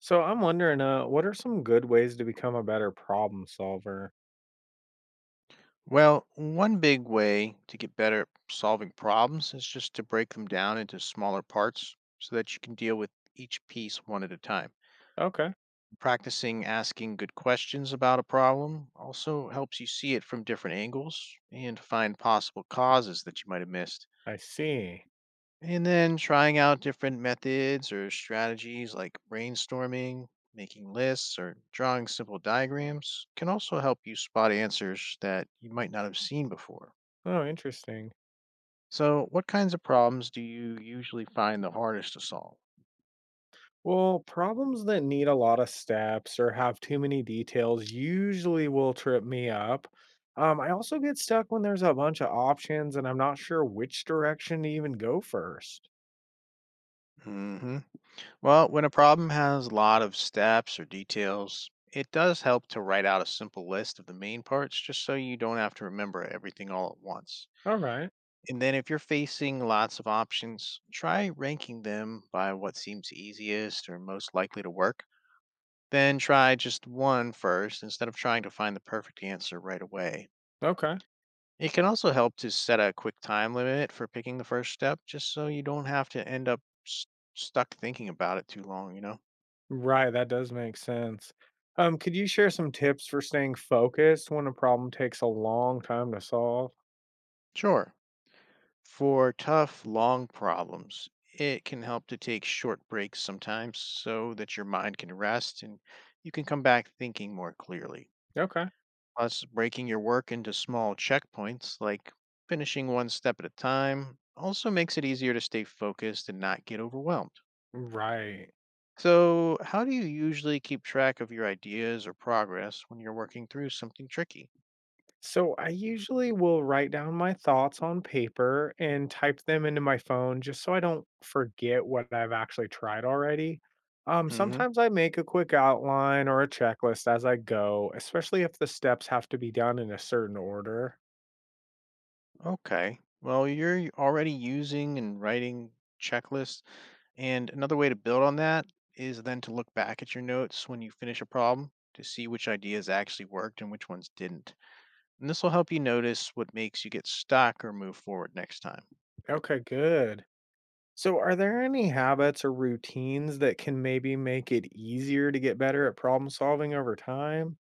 So I'm wondering, what are some good ways to become a better problem solver? Well, one big way to get better at solving problems is just to break them down into smaller parts so that you can deal with each piece one at a time. Okay, Practicing asking good questions about a problem also helps you see it from different angles and find possible causes that you might have missed. I see. And then trying out different methods or strategies like brainstorming, making lists, or drawing simple diagrams can also help you spot answers that you might not have seen before. Oh, interesting. So, what kinds of problems do you usually find the hardest to solve? Well, problems that need a lot of steps or have too many details usually will trip me up. I also get stuck when there's a bunch of options and I'm not sure which direction to even go first. hmm Well, when a problem has a lot of steps or details, it does help to write out a simple list of the main parts just so you don't have to remember everything all at once. All right. And then if you're facing lots of options, try ranking them by what seems easiest or most likely to work. Then try just one first instead of trying to find the perfect answer right away. Okay. It can also help to set a quick time limit for picking the first step just so you don't have to end up s- stuck thinking about it too long, you know? Right, that does make sense. Could you share some tips for staying focused when a problem takes a long time to solve? Sure. For tough, long problems, it can help to take short breaks sometimes so that your mind can rest and you can come back thinking more clearly. Okay. Plus, breaking your work into small checkpoints, like finishing one step at a time, also makes it easier to stay focused and not get overwhelmed. Right. So, how do you usually keep track of your ideas or progress when you're working through something tricky? So I usually will write down my thoughts on paper and type them into my phone just so I don't forget what I've actually tried already. Hmm. Sometimes I make a quick outline or a checklist as I go, especially if the steps have to be done in a certain order. Okay. Well, you're already using and writing checklists. And another way to build on that is then to look back at your notes when you finish a problem to see which ideas actually worked and which ones didn't. And this will help you notice what makes you get stuck or move forward next time. Okay, good. So, are there any habits or routines that can maybe make it easier to get better at problem solving over time?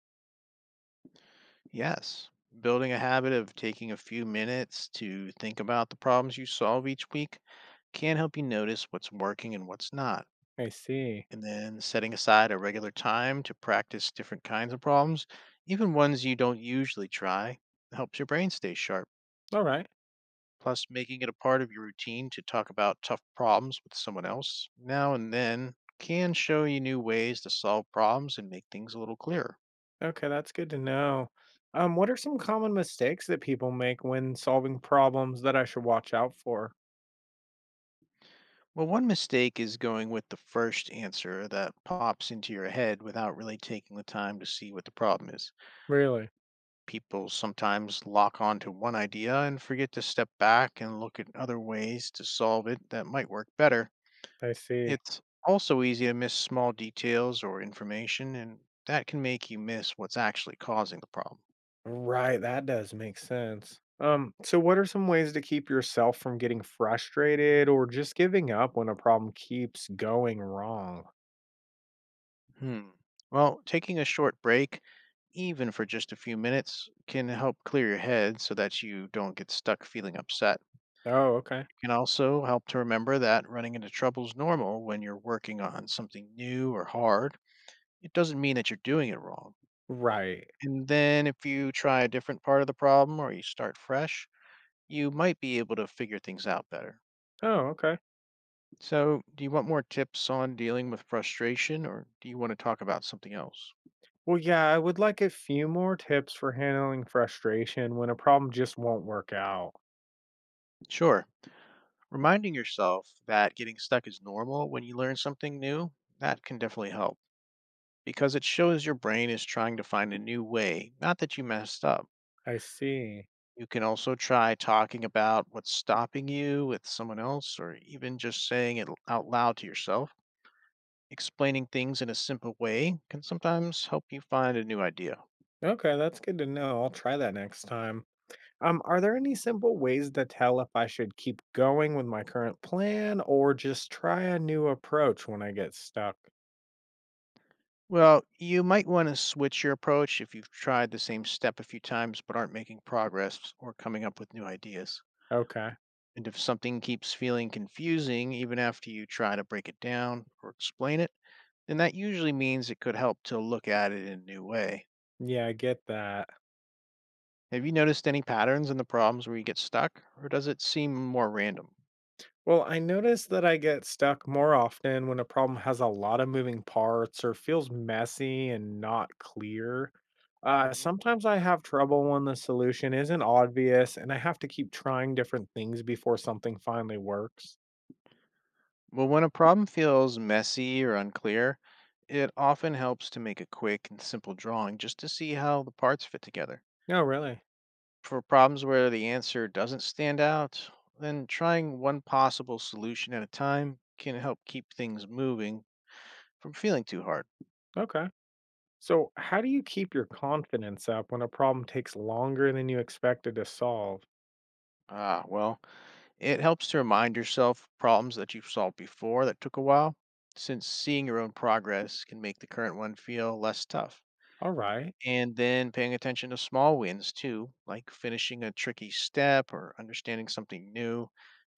Yes, building a habit of taking a few minutes to think about the problems you solve each week can help you notice what's working and what's not. I see. And then setting aside a regular time to practice different kinds of problems, even ones you don't usually try, helps your brain stay sharp. All right. Plus, making it a part of your routine to talk about tough problems with someone else now and then can show you new ways to solve problems and make things a little clearer. Okay, that's good to know. What are some common mistakes that people make when solving problems that I should watch out for? Well, one mistake is going with the first answer that pops into your head without really taking the time to see what the problem is. Really? People sometimes lock on to one idea and forget to step back and look at other ways to solve it that might work better. I see. It's also easy to miss small details or information, and that can make you miss what's actually causing the problem. Right, that does make sense. So what are some ways to keep yourself from getting frustrated or just giving up when a problem keeps going wrong? Hmm. Well, taking a short break, even for just a few minutes, can help clear your head so that you don't get stuck feeling upset. Oh, okay. Can also help to remember that running into trouble is normal when you're working on something new or hard. It doesn't mean that you're doing it wrong. Right. And then if you try a different part of the problem or you start fresh, you might be able to figure things out better. Oh, okay. So, do you want more tips on dealing with frustration, or do you want to talk about something else? Well, yeah, I would like a few more tips for handling frustration when a problem just won't work out. Sure. Reminding yourself that getting stuck is normal when you learn something new, that can definitely help, because it shows your brain is trying to find a new way, not that you messed up. I see. You can also try talking about what's stopping you with someone else, or even just saying it out loud to yourself. Explaining things in a simple way can sometimes help you find a new idea. Okay, that's good to know. I'll try that next time. Are there any simple ways to tell if I should keep going with my current plan or just try a new approach when I get stuck? Well, you might want to switch your approach if you've tried the same step a few times but aren't making progress or coming up with new ideas. Okay. And if something keeps feeling confusing, even after you try to break it down or explain it, then that usually means it could help to look at it in a new way. Yeah, I get that. Have you noticed any patterns in the problems where you get stuck, or does it seem more random? Well, I notice that I get stuck more often when a problem has a lot of moving parts or feels messy and not clear. Hmm Sometimes I have trouble when the solution isn't obvious and I have to keep trying different things before something finally works. Well, when a problem feels messy or unclear, it often helps to make a quick and simple drawing just to see how the parts fit together. No, really? For problems where the answer doesn't stand out, then trying one possible solution at a time can help keep things moving from feeling too hard. Okay. So, how do you keep your confidence up when a problem takes longer than you expected to solve? Ah, well, it helps to remind yourself of problems that you've solved before that took a while, since seeing your own progress can make the current one feel less tough. All right. And then paying attention to small wins too, like finishing a tricky step or understanding something new,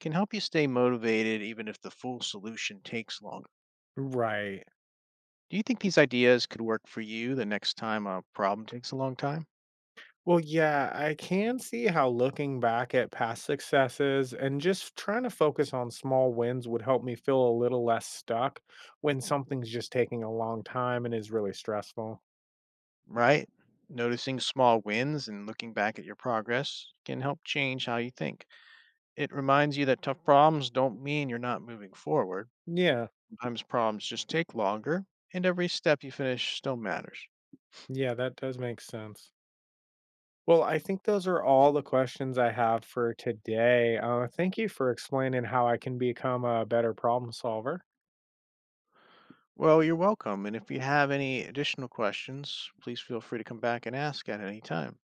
can help you stay motivated even if the full solution takes longer. Right. Do you think these ideas could work for you the next time a problem takes a long time? Well, yeah, I can see how looking back at past successes and just trying to focus on small wins would help me feel a little less stuck when something's just taking a long time and is really stressful. Right? Noticing small wins and looking back at your progress can help change how you think. It reminds you that tough problems don't mean you're not moving forward. Yeah. Sometimes problems just take longer, and every step you finish still matters. Yeah, that does make sense. Well, I think those are all the questions I have for today. Thank you for explaining how I can become a better problem solver. Well, you're welcome. And if you have any additional questions, please feel free to come back and ask at any time.